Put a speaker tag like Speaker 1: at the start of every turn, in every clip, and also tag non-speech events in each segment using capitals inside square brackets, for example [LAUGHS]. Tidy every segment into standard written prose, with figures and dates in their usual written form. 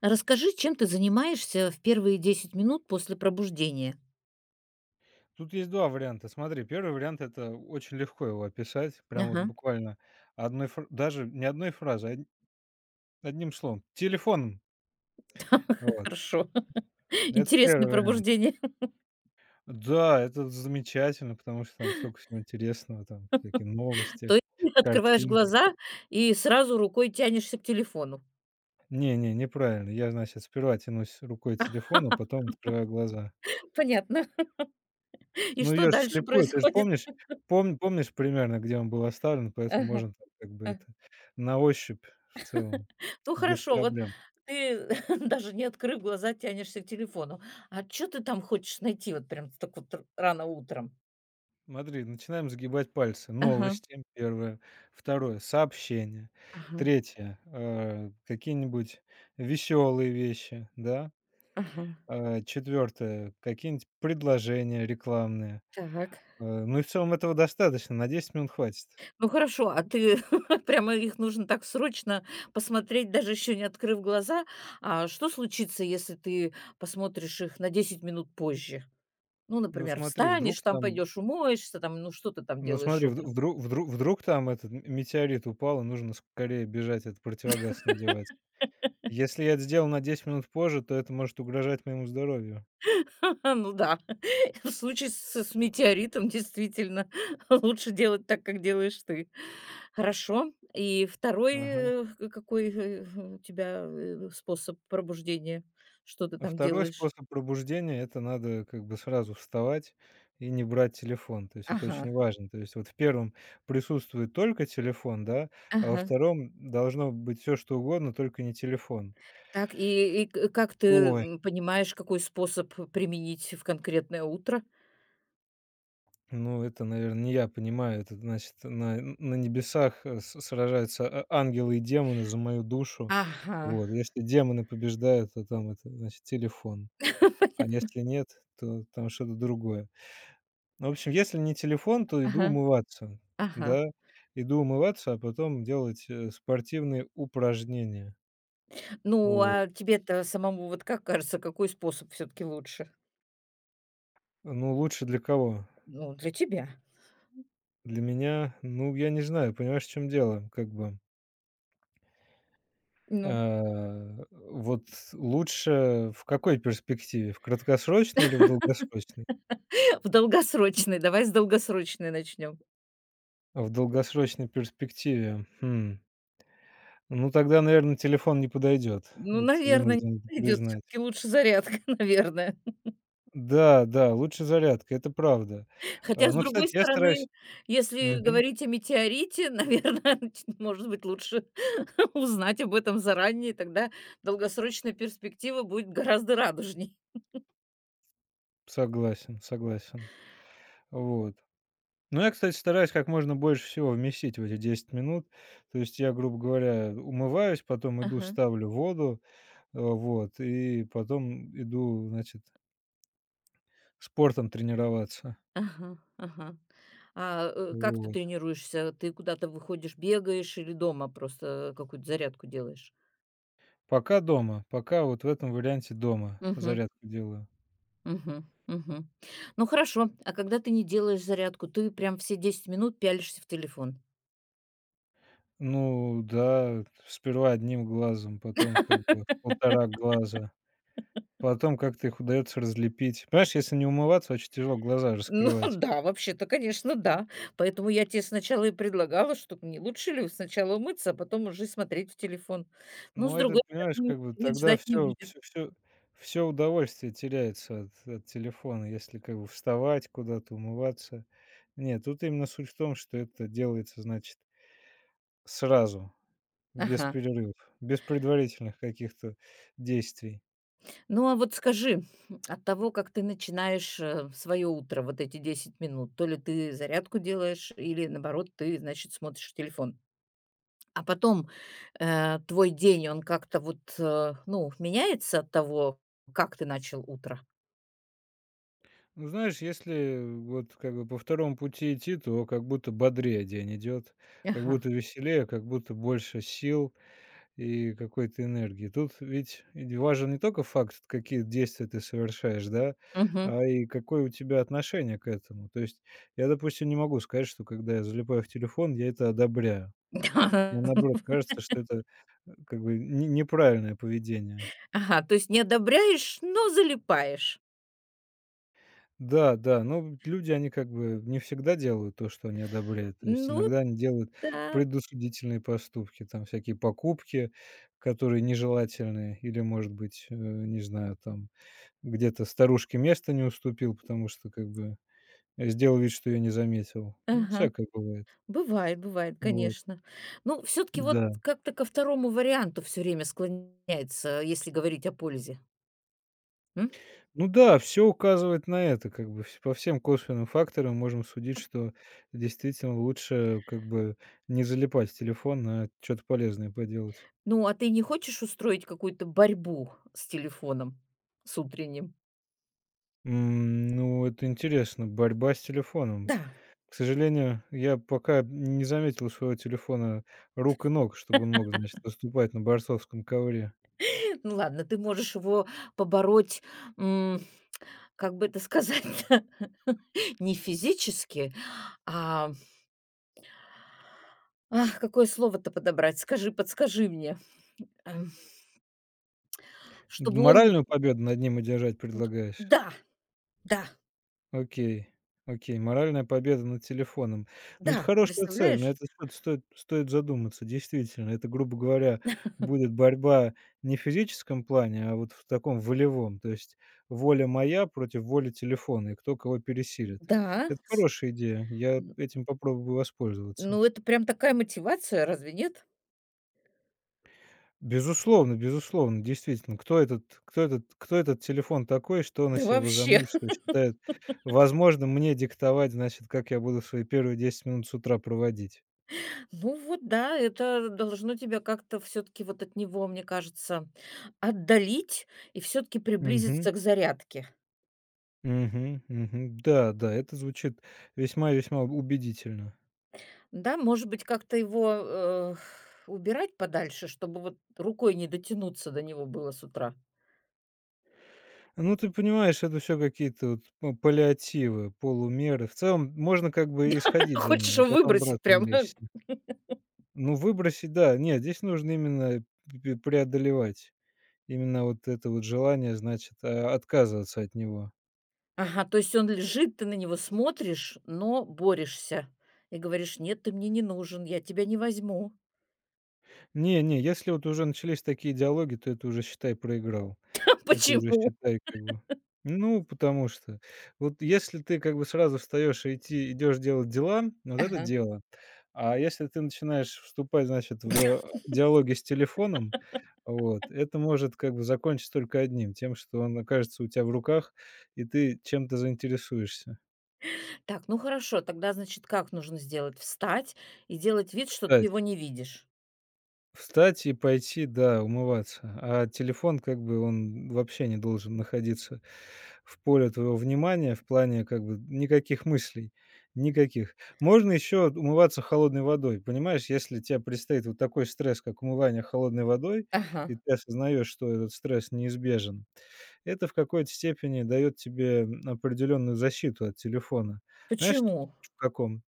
Speaker 1: Расскажи, чем ты занимаешься в первые 10 минут после пробуждения.
Speaker 2: Тут есть 2 варианта. Смотри, первый вариант- это очень легко его описать, прям вот
Speaker 1: Ага.
Speaker 2: буквально одной фр даже не одной фразой, од одним словом. Телефоном.
Speaker 1: [LAUGHS]
Speaker 2: Вот.
Speaker 1: Хорошо. [LAUGHS]
Speaker 2: Это
Speaker 1: Интересное
Speaker 2: первый вариант.
Speaker 1: пробуждение.
Speaker 2: Да, это замечательно, потому что там столько всего интересного, там такие
Speaker 1: [LAUGHS] То
Speaker 2: новости,
Speaker 1: есть [LAUGHS] открываешь
Speaker 2: картинки.
Speaker 1: глаза и сразу рукой тянешься к телефону.
Speaker 2: Не, неправильно. Я, значит, сперва тянусь рукой к телефону, а потом открываю глаза.
Speaker 1: [LAUGHS] Понятно. [LAUGHS] И
Speaker 2: Ну,
Speaker 1: что
Speaker 2: я же
Speaker 1: дальше
Speaker 2: слепую, ты же
Speaker 1: происходит?
Speaker 2: помнишь примерно, где он был оставлен, поэтому
Speaker 1: Ага,
Speaker 2: можно там как бы
Speaker 1: а.
Speaker 2: это на ощупь в целом
Speaker 1: Ну
Speaker 2: без
Speaker 1: хорошо, вот
Speaker 2: проблем.
Speaker 1: ты [LAUGHS] даже не открыв глаза, тянешься к телефону. А что ты там хочешь найти вот прям так вот рано утром?
Speaker 2: Смотри, начинаем загибать пальцы.
Speaker 1: Ага,
Speaker 2: Новости, первое. Второе- сообщения.
Speaker 1: ага,
Speaker 2: Третье, какие-нибудь веселые вещи, да?
Speaker 1: ага.
Speaker 2: Четвертое- какие-нибудь предложения рекламные.
Speaker 1: Так.
Speaker 2: Ну и в целом этого достаточно, на 10 минут хватит.
Speaker 1: Ну хорошо, а ты [LAUGHS] прямо их нужно так срочно посмотреть, даже еще не открыв глаза. А что случится, если ты посмотришь их на 10 минут позже? Ну,
Speaker 2: Ну
Speaker 1: например,
Speaker 2: смотри,
Speaker 1: встанешь,
Speaker 2: вдруг
Speaker 1: там
Speaker 2: там
Speaker 1: пойдешь, умоешься, там, ну что ты там
Speaker 2: ну
Speaker 1: делаешь
Speaker 2: смотри, вд
Speaker 1: утром?
Speaker 2: вдруг вдру вдруг там этот метеорит упал, и нужно скорее бежать этот противогаз надевать. Если я это сделал на 10 минут позже, то это может угрожать моему здоровью.
Speaker 1: [LAUGHS] Ну да, [LAUGHS] в случае с метеоритом действительно [LAUGHS] лучше делать так, как делаешь ты. Хорошо. И второй
Speaker 2: Ага.
Speaker 1: какой у тебя способ пробуждения? Что ты
Speaker 2: А
Speaker 1: там
Speaker 2: 2-й
Speaker 1: делаешь?
Speaker 2: способ пробуждения- это надо как бы сразу вставать и не брать телефон. То есть это
Speaker 1: Ага,
Speaker 2: очень важно. То есть вот в первом присутствует только телефон, да, а во
Speaker 1: ага.
Speaker 2: втором должно быть все что угодно, только не телефон.
Speaker 1: Так, и к как ты,
Speaker 2: Ой,
Speaker 1: понимаешь, какой способ применить в конкретное утро?
Speaker 2: ну это, наверное, не я понимаю. Это значит, на небесах, э, с сражаются ангелы и демоны за мою душу.
Speaker 1: Ага.
Speaker 2: Вот. Если демоны побеждают, то там это значит телефон, а
Speaker 1: [LAUGHS]
Speaker 2: если нет, то там что-то другое. Ну, в общем, если не телефон, то иду
Speaker 1: Ага,
Speaker 2: умываться.
Speaker 1: ага.
Speaker 2: Да, иду умываться, а потом делать, спортивные упражнения.
Speaker 1: Ну,
Speaker 2: У.
Speaker 1: а тебе-то самому вот как кажется, какой способ все таки лучше?
Speaker 2: Ну, лучше для кого?
Speaker 1: Ну, для тебя.
Speaker 2: Для меня? Ну, я не знаю, понимаешь, в чем дело, как бы.
Speaker 1: Ну.
Speaker 2: Вот лучше в какой перспективе? В краткосрочной или в долгосрочной?
Speaker 1: [LAUGHS] В долгосрочной, давай с долгосрочной начнем.
Speaker 2: В долгосрочной перспективе, хм, ну, тогда, наверное, телефон не подойдет.
Speaker 1: Ну,
Speaker 2: Вот
Speaker 1: наверное,
Speaker 2: вынужден
Speaker 1: идет все
Speaker 2: признать.
Speaker 1: таки лучше зарядка, [LAUGHS] наверное.
Speaker 2: Да, да, лучше зарядка, это правда.
Speaker 1: Хотя,
Speaker 2: А,
Speaker 1: с
Speaker 2: ну, кстати,
Speaker 1: другой
Speaker 2: я
Speaker 1: стороны,
Speaker 2: стараюсь.
Speaker 1: если
Speaker 2: Мгм.
Speaker 1: говорить о метеорите, [LAUGHS] наверное, может быть, лучше [LAUGHS] узнать об этом заранее, тогда долгосрочная перспектива будет гораздо радужней.
Speaker 2: Согласен, согласен. Вот. Ну, я, кстати, стараюсь как можно больше всего вместить в эти 10 минут. То есть я, грубо говоря, умываюсь, потом иду,
Speaker 1: Ага,
Speaker 2: ставлю воду, вот, и потом иду, значит, спортом тренироваться.
Speaker 1: ага, ага. А, как ты
Speaker 2: Вот.
Speaker 1: тренируешься? Ты куда-то выходишь, бегаешь или дома просто какую-то зарядку делаешь?
Speaker 2: Пока дома, пока вот в этом варианте дома
Speaker 1: Мгм,
Speaker 2: зарядку делаю.
Speaker 1: мгм, мгм. Ну, хорошо. А когда ты не делаешь зарядку, ты прям все 10 минут пялишься в телефон?
Speaker 2: Ну да, сперва одним глазом, потом как бы в полтора глаза. Потом как-то их удается разлепить. Понимаешь, если не умываться, очень тяжело глаза
Speaker 1: Ну [LAUGHS]
Speaker 2: раскрывать.
Speaker 1: да, вообще-то, конечно, да. Поэтому я тебе сначала и предлагала, что не лучше ли сначала умыться, а потом уже смотреть в телефон. Ну с
Speaker 2: Но это,
Speaker 1: другой
Speaker 2: понимаешь,
Speaker 1: стороны,
Speaker 2: как бы
Speaker 1: нет,
Speaker 2: тогда
Speaker 1: ждать не
Speaker 2: все,
Speaker 1: будет.
Speaker 2: все, все всё удовольствие теряется от телефона, если как бы вставать куда-то, умываться. Нет, тут именно суть в том, что это делается, значит, сразу, без
Speaker 1: Ага.
Speaker 2: перерывов, без предварительных каких-то действий.
Speaker 1: Ну, а вот скажи, [SNIFFS] от того, как ты начинаешь свое утро, вот эти 10 минут, то ли ты зарядку делаешь, или наоборот, ты, значит, смотришь телефон. А потом твой день, он как-то вот, ну, меняется от того, как ты начал утро?
Speaker 2: Ну, знаешь, если вот как бы по второму пути идти, то как будто бодрее день идет, как
Speaker 1: Ага.
Speaker 2: будто веселее, как будто больше сил. И какой-то энергии. Тут ведь и важен не только факт, какие действия ты совершаешь, да,
Speaker 1: Угу.
Speaker 2: а и какое у тебя отношение к этому. То есть я, допустим, не могу сказать, что когда я залипаю в телефон, я это одобряю. Мне
Speaker 1: [LAUGHS]
Speaker 2: наоборот кажется, что это, как бы неправильное поведение.
Speaker 1: Ага, то есть не одобряешь, но залипаешь.
Speaker 2: Да, да, но люди, они как бы не всегда делают то, что они одобряют. То есть
Speaker 1: Ну
Speaker 2: иногда они делают
Speaker 1: да,
Speaker 2: предусудительные поступки, там всякие покупки, которые нежелательные, или, может быть, не знаю, там где-то старушке место не уступил, потому что, как бы, сделал вид, что я не заметил. Ну,
Speaker 1: ага.
Speaker 2: всякое бывает.
Speaker 1: Бывает, бывает,
Speaker 2: Вот,
Speaker 1: конечно. Ну, все-таки вот
Speaker 2: да.
Speaker 1: как-то ко второму варианту все время склоняется, если говорить о пользе. М?
Speaker 2: Ну да, все указывает на это, как бы вс по всем косвенным факторам можем судить, что действительно лучше, как бы, не залипать в телефон, а чё-то полезное поделать.
Speaker 1: Ну, а ты не хочешь устроить какую-то борьбу с телефоном, с утренним?
Speaker 2: Ну, это интересно, борьба с телефоном.
Speaker 1: Да,
Speaker 2: К сожалению, я пока не заметил у своего телефона рук и ног, чтобы он мог, значит, выступать на борцовском ковре.
Speaker 1: [LAUGHS] ну ладно, ты можешь его побороть, м, как бы это сказать [LAUGHS] не физически, а. Ах, какое слово-то подобрать? Скажи, подскажи мне. Эм, Чтобы он
Speaker 2: Моральную победу над ним одержать предлагаешь?
Speaker 1: Да, да,
Speaker 2: Окей, окей, моральная победа над телефоном. Ну, это
Speaker 1: да,
Speaker 2: хорошая цель, но
Speaker 1: представляешь?
Speaker 2: это что-то стоит задуматься. Действительно, это, грубо говоря, будет борьба не в физическом плане, а вот в таком волевом. То есть воля моя против воли телефона, и кто кого пересилит.
Speaker 1: Да,
Speaker 2: Это
Speaker 1: с
Speaker 2: хорошая идея. Я
Speaker 1: н
Speaker 2: этим попробую воспользоваться.
Speaker 1: ну, это прям такая мотивация, разве нет?
Speaker 2: Безусловно, безусловно, действительно. Кто этот телефон такой, что он о
Speaker 1: Да
Speaker 2: себе
Speaker 1: вообще.
Speaker 2: возомнил, что
Speaker 1: [LAUGHS]
Speaker 2: считает возможно, мне диктовать, значит, как я буду свои первые 10 минут с утра проводить?
Speaker 1: Ну вот да, это должно тебя как-то все таки вот от него, мне кажется, отдалить и все таки
Speaker 2: Мгм,
Speaker 1: приблизиться к зарядке.
Speaker 2: мгм, мгм. Да, да, это звучит весьма и весьма убедительно.
Speaker 1: Да, может быть, как-то его, убирать подальше, чтобы вот рукой не дотянуться до него было с утра.
Speaker 2: Ну, ты понимаешь, это все какие-то вот, ну, паллиативы, полумеры. В целом можно как бы и
Speaker 1: [LAUGHS]
Speaker 2: сходить за
Speaker 1: Хочешь
Speaker 2: ним, а
Speaker 1: его
Speaker 2: потом
Speaker 1: выбросить
Speaker 2: обратно
Speaker 1: прям.
Speaker 2: увлечься.
Speaker 1: [LAUGHS]
Speaker 2: Ну, выбросить, да. Нет, здесь нужно именно п преодолевать. Именно вот это вот желание, значит, отказываться от него.
Speaker 1: Ага, то есть он лежит, ты на него смотришь, но борешься и говоришь: "Нет, ты мне не нужен, я тебя не возьму".
Speaker 2: Не, не, если вот уже начались такие диалоги, то это уже, считай, проиграл.
Speaker 1: [LAUGHS]
Speaker 2: Это уже,
Speaker 1: Почему?
Speaker 2: считай, как бы. Ну, потому что вот если ты как бы сразу встаешь и идти идешь делать дела, вот это
Speaker 1: Ага.
Speaker 2: дело. А если ты начинаешь вступать, значит, в диалоги с телефоном, вот, это может как бы закончиться только одним: тем, что он окажется у тебя в руках, и ты чем-то заинтересуешься.
Speaker 1: Так, ну хорошо, тогда, значит, как нужно сделать? Встать и делать вид, что ты его
Speaker 2: Кстати.
Speaker 1: не видишь.
Speaker 2: Встать и пойти, да, умываться. А телефон, как бы, он вообще не должен находиться в поле твоего внимания, в плане, как бы, никаких мыслей, никаких. Можно еще умываться холодной водой. Понимаешь, если тебе предстоит вот такой стресс, как умывание холодной водой,
Speaker 1: Ага.
Speaker 2: и ты осознаешь, что этот стресс неизбежен, это в какой-то степени дает тебе определенную защиту от телефона. Знаешь,
Speaker 1: Почему?
Speaker 2: в каком?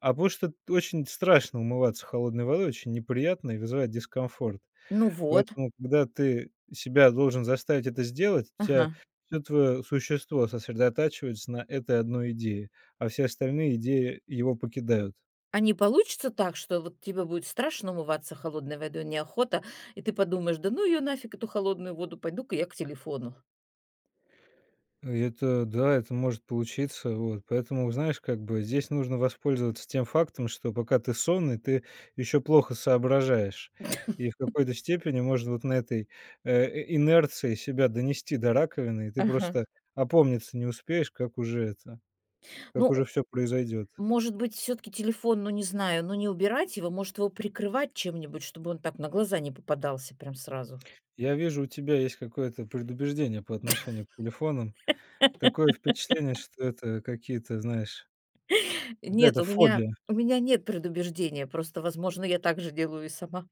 Speaker 2: А потому что очень страшно умываться холодной водой, очень неприятно и вызывает дискомфорт.
Speaker 1: Ну вот.
Speaker 2: Поэтому, когда ты себя должен заставить это сделать, у тебя
Speaker 1: Ага.
Speaker 2: всё твое существо сосредотачивается на этой одной идее, а все остальные идеи его покидают.
Speaker 1: А не получится так, что вот тебе будет страшно умываться холодной водой, неохота, и ты подумаешь: "Да ну ее нафиг, эту холодную воду, пойду-ка я к телефону".
Speaker 2: И это да, это может получиться. Вот. Поэтому, знаешь, как бы здесь нужно воспользоваться тем фактом, что пока ты сонный, ты еще плохо соображаешь. И в какой-то степени можно вот на этой инерции себя донести до раковины, и ты
Speaker 1: Ага.
Speaker 2: просто опомниться не успеешь, как
Speaker 1: Ну
Speaker 2: уже все произойдет.
Speaker 1: может быть, все таки телефон, ну, не знаю, ну, не убирать его, может, его прикрывать чем-нибудь, чтобы он так на глаза не попадался прям сразу.
Speaker 2: Я вижу, у тебя есть какое-то предубеждение по отношению к телефонам. Такое впечатление, что это какие-то, знаешь,
Speaker 1: Нет,
Speaker 2: какая-то
Speaker 1: у меня
Speaker 2: фобия.
Speaker 1: у меня нет предубеждения, просто, возможно, я так же делаю и сама.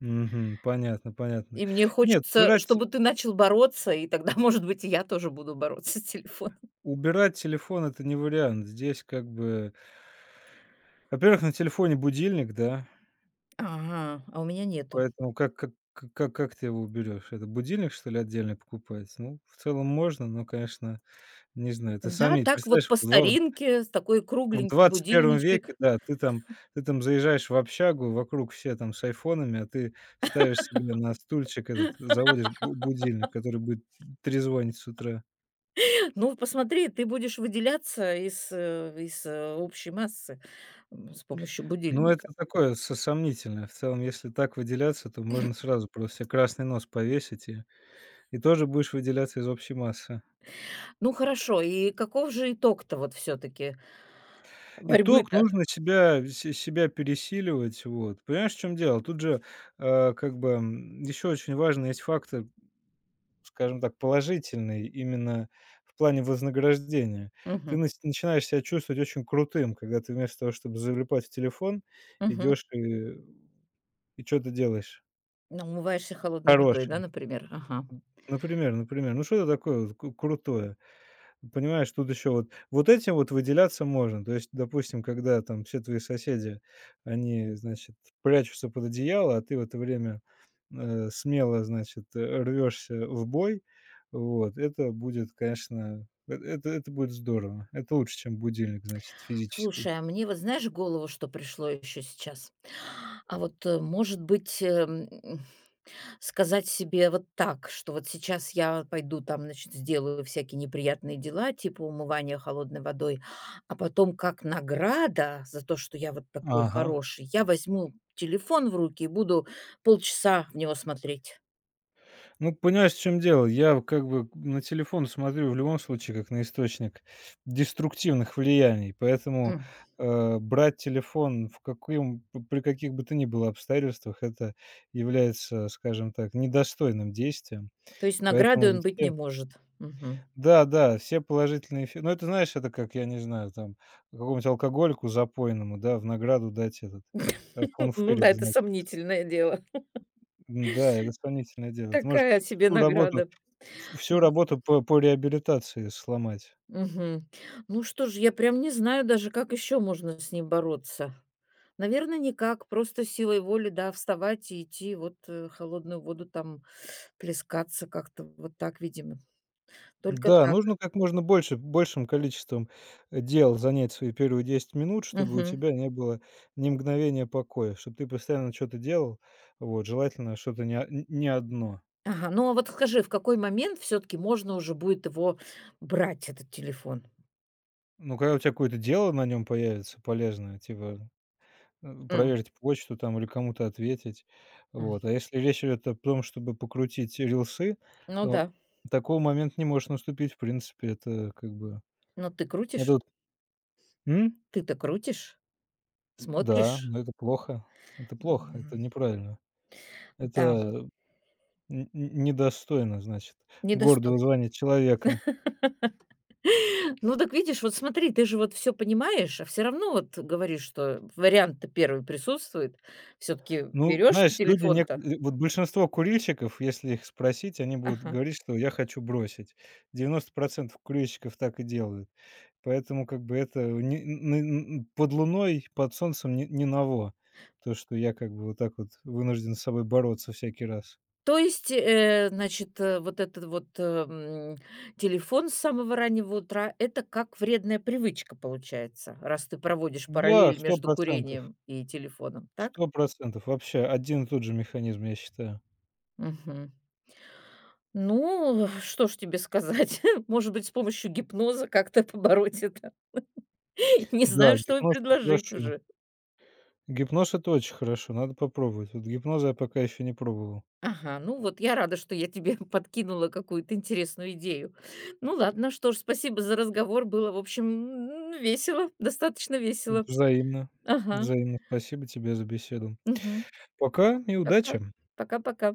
Speaker 2: Мгм, понятно, понятно.
Speaker 1: И мне
Speaker 2: Нет,
Speaker 1: хочется, чтобы ты начал бороться, и тогда, [LAUGHS] может быть, и я тоже буду бороться с телефоном.
Speaker 2: убирать телефон- это не вариант. Здесь как бы во-первых, на телефоне будильник, да,
Speaker 1: Ага, а у меня нету.
Speaker 2: поэтому как к как ты его уберешь? Это будильник, что ли, отдельно покупать? Ну, в целом можно, но, конечно, не знаю, ты
Speaker 1: Да,
Speaker 2: сами
Speaker 1: так вот
Speaker 2: представляешь,
Speaker 1: по
Speaker 2: в два
Speaker 1: старинке, с такой
Speaker 2: в
Speaker 1: кругленький
Speaker 2: XXI веке,
Speaker 1: будильничек.
Speaker 2: да, ты там заезжаешь в общагу, вокруг все там с айфонами, а ты ставишь себе на стульчик этот, заводишь бу будильник, который будет трезвонить с утра.
Speaker 1: Ну, посмотри, ты будешь выделяться из общей массы, с помощью
Speaker 2: Ну,
Speaker 1: будильника.
Speaker 2: это такое со сомнительное. В целом, если так выделяться, то можно сразу просто себе красный нос повесить, и тоже будешь выделяться из общей массы.
Speaker 1: Ну хорошо, и каков же итог-то вот все таки
Speaker 2: Итог
Speaker 1: борьбы-то?
Speaker 2: нужно себя пересиливать. Вот. Понимаешь, в чем дело? Тут же, как бы, еще очень важный есть фактор, скажем так, положительный именно в плане вознаграждения. Ты
Speaker 1: Мгм,
Speaker 2: начинаешь себя чувствовать очень крутым, когда ты вместо того, чтобы залипать в телефон,
Speaker 1: мгм.
Speaker 2: идешь и что-то делаешь
Speaker 1: Ну, умываешься холодной водой, да,
Speaker 2: хорошее.
Speaker 1: например? Ага.
Speaker 2: Например, ну что-то такое вот к крутое. Понимаешь, тут еще вот вот этим вот выделяться можно. То есть, допустим, когда там все твои соседи, они, значит, прячутся под одеяло, а ты в это время, смело, значит, рвешься в бой. Вот это будет, конечно, это будет здорово. Это лучше, чем будильник, значит, физический.
Speaker 1: Слушай, а мне вот знаешь, в голову что пришло еще сейчас? А вот, может быть, сказать себе вот так, что вот сейчас я пойду там, значит, сделаю всякие неприятные дела типа умывания холодной водой, а потом как награда за то, что я вот такой
Speaker 2: Ага.
Speaker 1: хороший, я возьму телефон в руки и буду полчаса в него смотреть.
Speaker 2: Ну, понимаешь, в чем дело? Я как бы на телефон смотрю в любом случае как на источник деструктивных влияний, поэтому, брать телефон в каким при каких бы то ни было обстоятельствах- это является, скажем так, недостойным действием.
Speaker 1: То есть наградой
Speaker 2: Поэтому
Speaker 1: он
Speaker 2: вот
Speaker 1: быть не
Speaker 2: все
Speaker 1: может? Мгм.
Speaker 2: да-да, все положительные эффе ну, это, знаешь, это как, я не знаю, там, какому-нибудь алкоголику запойному, да, в награду дать этот,
Speaker 1: [LAUGHS] Ну да,
Speaker 2: фунфырик,
Speaker 1: это
Speaker 2: значит.
Speaker 1: сомнительное дело.
Speaker 2: М-да, это сомнительное дело. Это может
Speaker 1: Такая себе
Speaker 2: всю работу
Speaker 1: награда.
Speaker 2: Всю
Speaker 1: Мгм.
Speaker 2: работу по реабилитации сломать.
Speaker 1: Мгм. Ну что ж, я прям не знаю даже, как еще можно с ним бороться. Наверное, никак. Просто силой воли, да, вставать и идти, вот холодную воду там плескаться как-то вот так, видимо. Только
Speaker 2: Да,
Speaker 1: так.
Speaker 2: нужно как можно больше большим количеством, дел занять свои первые 10 минут, чтобы у
Speaker 1: Мгм.
Speaker 2: тебя не было ни мгновения покоя, чтобы ты постоянно что то делал. Вот, желательно что-то не о н не одно.
Speaker 1: Ага. Ну а вот скажи, в какой момент все-таки можно уже будет его брать, этот телефон?
Speaker 2: Ну, когда у тебя какое-то дело на нем появится полезное, типа,
Speaker 1: М,
Speaker 2: проверить почту там или кому-то ответить.
Speaker 1: м.
Speaker 2: Вот. А если речь идет о том, чтобы покрутить рилсы,
Speaker 1: Ну
Speaker 2: то
Speaker 1: да.
Speaker 2: такого момента не может наступить, в принципе. Это как бы
Speaker 1: Но ты
Speaker 2: это
Speaker 1: крутишь?
Speaker 2: вот. М?
Speaker 1: Ты-то крутишь,
Speaker 2: Да,
Speaker 1: смотришь.
Speaker 2: но это плохо. Это плохо, это
Speaker 1: Мгм.
Speaker 2: неправильно. Это
Speaker 1: Да,
Speaker 2: н н недостойно, значит,
Speaker 1: недостой
Speaker 2: гордого звания человека.
Speaker 1: [LAUGHS] ну так видишь, вот смотри, ты же вот все понимаешь, а все равно вот говоришь, что вариант-то первый присутствует. Все таки
Speaker 2: Ну,
Speaker 1: берешь ты
Speaker 2: знаешь, люди
Speaker 1: телефон-то?
Speaker 2: вот большинство курильщиков, если их спросить, они будут
Speaker 1: Ага.
Speaker 2: говорить, что "я хочу бросить". 90% курильщиков так и делают. Поэтому как бы это не н н под луной, под солнцем не ново. То, что я как бы вот так вот вынужден с собой бороться всякий раз.
Speaker 1: То есть, значит, вот этот вот, телефон с самого раннего утра- это как вредная привычка получается, раз ты проводишь
Speaker 2: Да,
Speaker 1: параллель
Speaker 2: сто
Speaker 1: между
Speaker 2: процентов.
Speaker 1: курением и телефоном, так?
Speaker 2: Вообще один и тот же механизм, я считаю.
Speaker 1: Мгм. Ну, [LAUGHS] что ж тебе сказать? [LAUGHS] Может быть, с помощью гипноза как-то побороть это. [LAUGHS] Не знаю,
Speaker 2: Да,
Speaker 1: что и
Speaker 2: гипноз- это
Speaker 1: предложить
Speaker 2: хорошо.
Speaker 1: уже.
Speaker 2: Гипноз- это очень хорошо, надо попробовать. Вот гипноза я пока еще не пробовал.
Speaker 1: Ага, ну вот я рада, что я тебе [LAUGHS] подкинула какую-то интересную идею. Ну ладно, что ж, спасибо за разговор. Было, в общем, весело, достаточно весело.
Speaker 2: Взаимно.
Speaker 1: Ага.
Speaker 2: Взаимно. Спасибо тебе за беседу.
Speaker 1: Мгм.
Speaker 2: Пока и
Speaker 1: Пока.
Speaker 2: удачи!
Speaker 1: Пока-пока.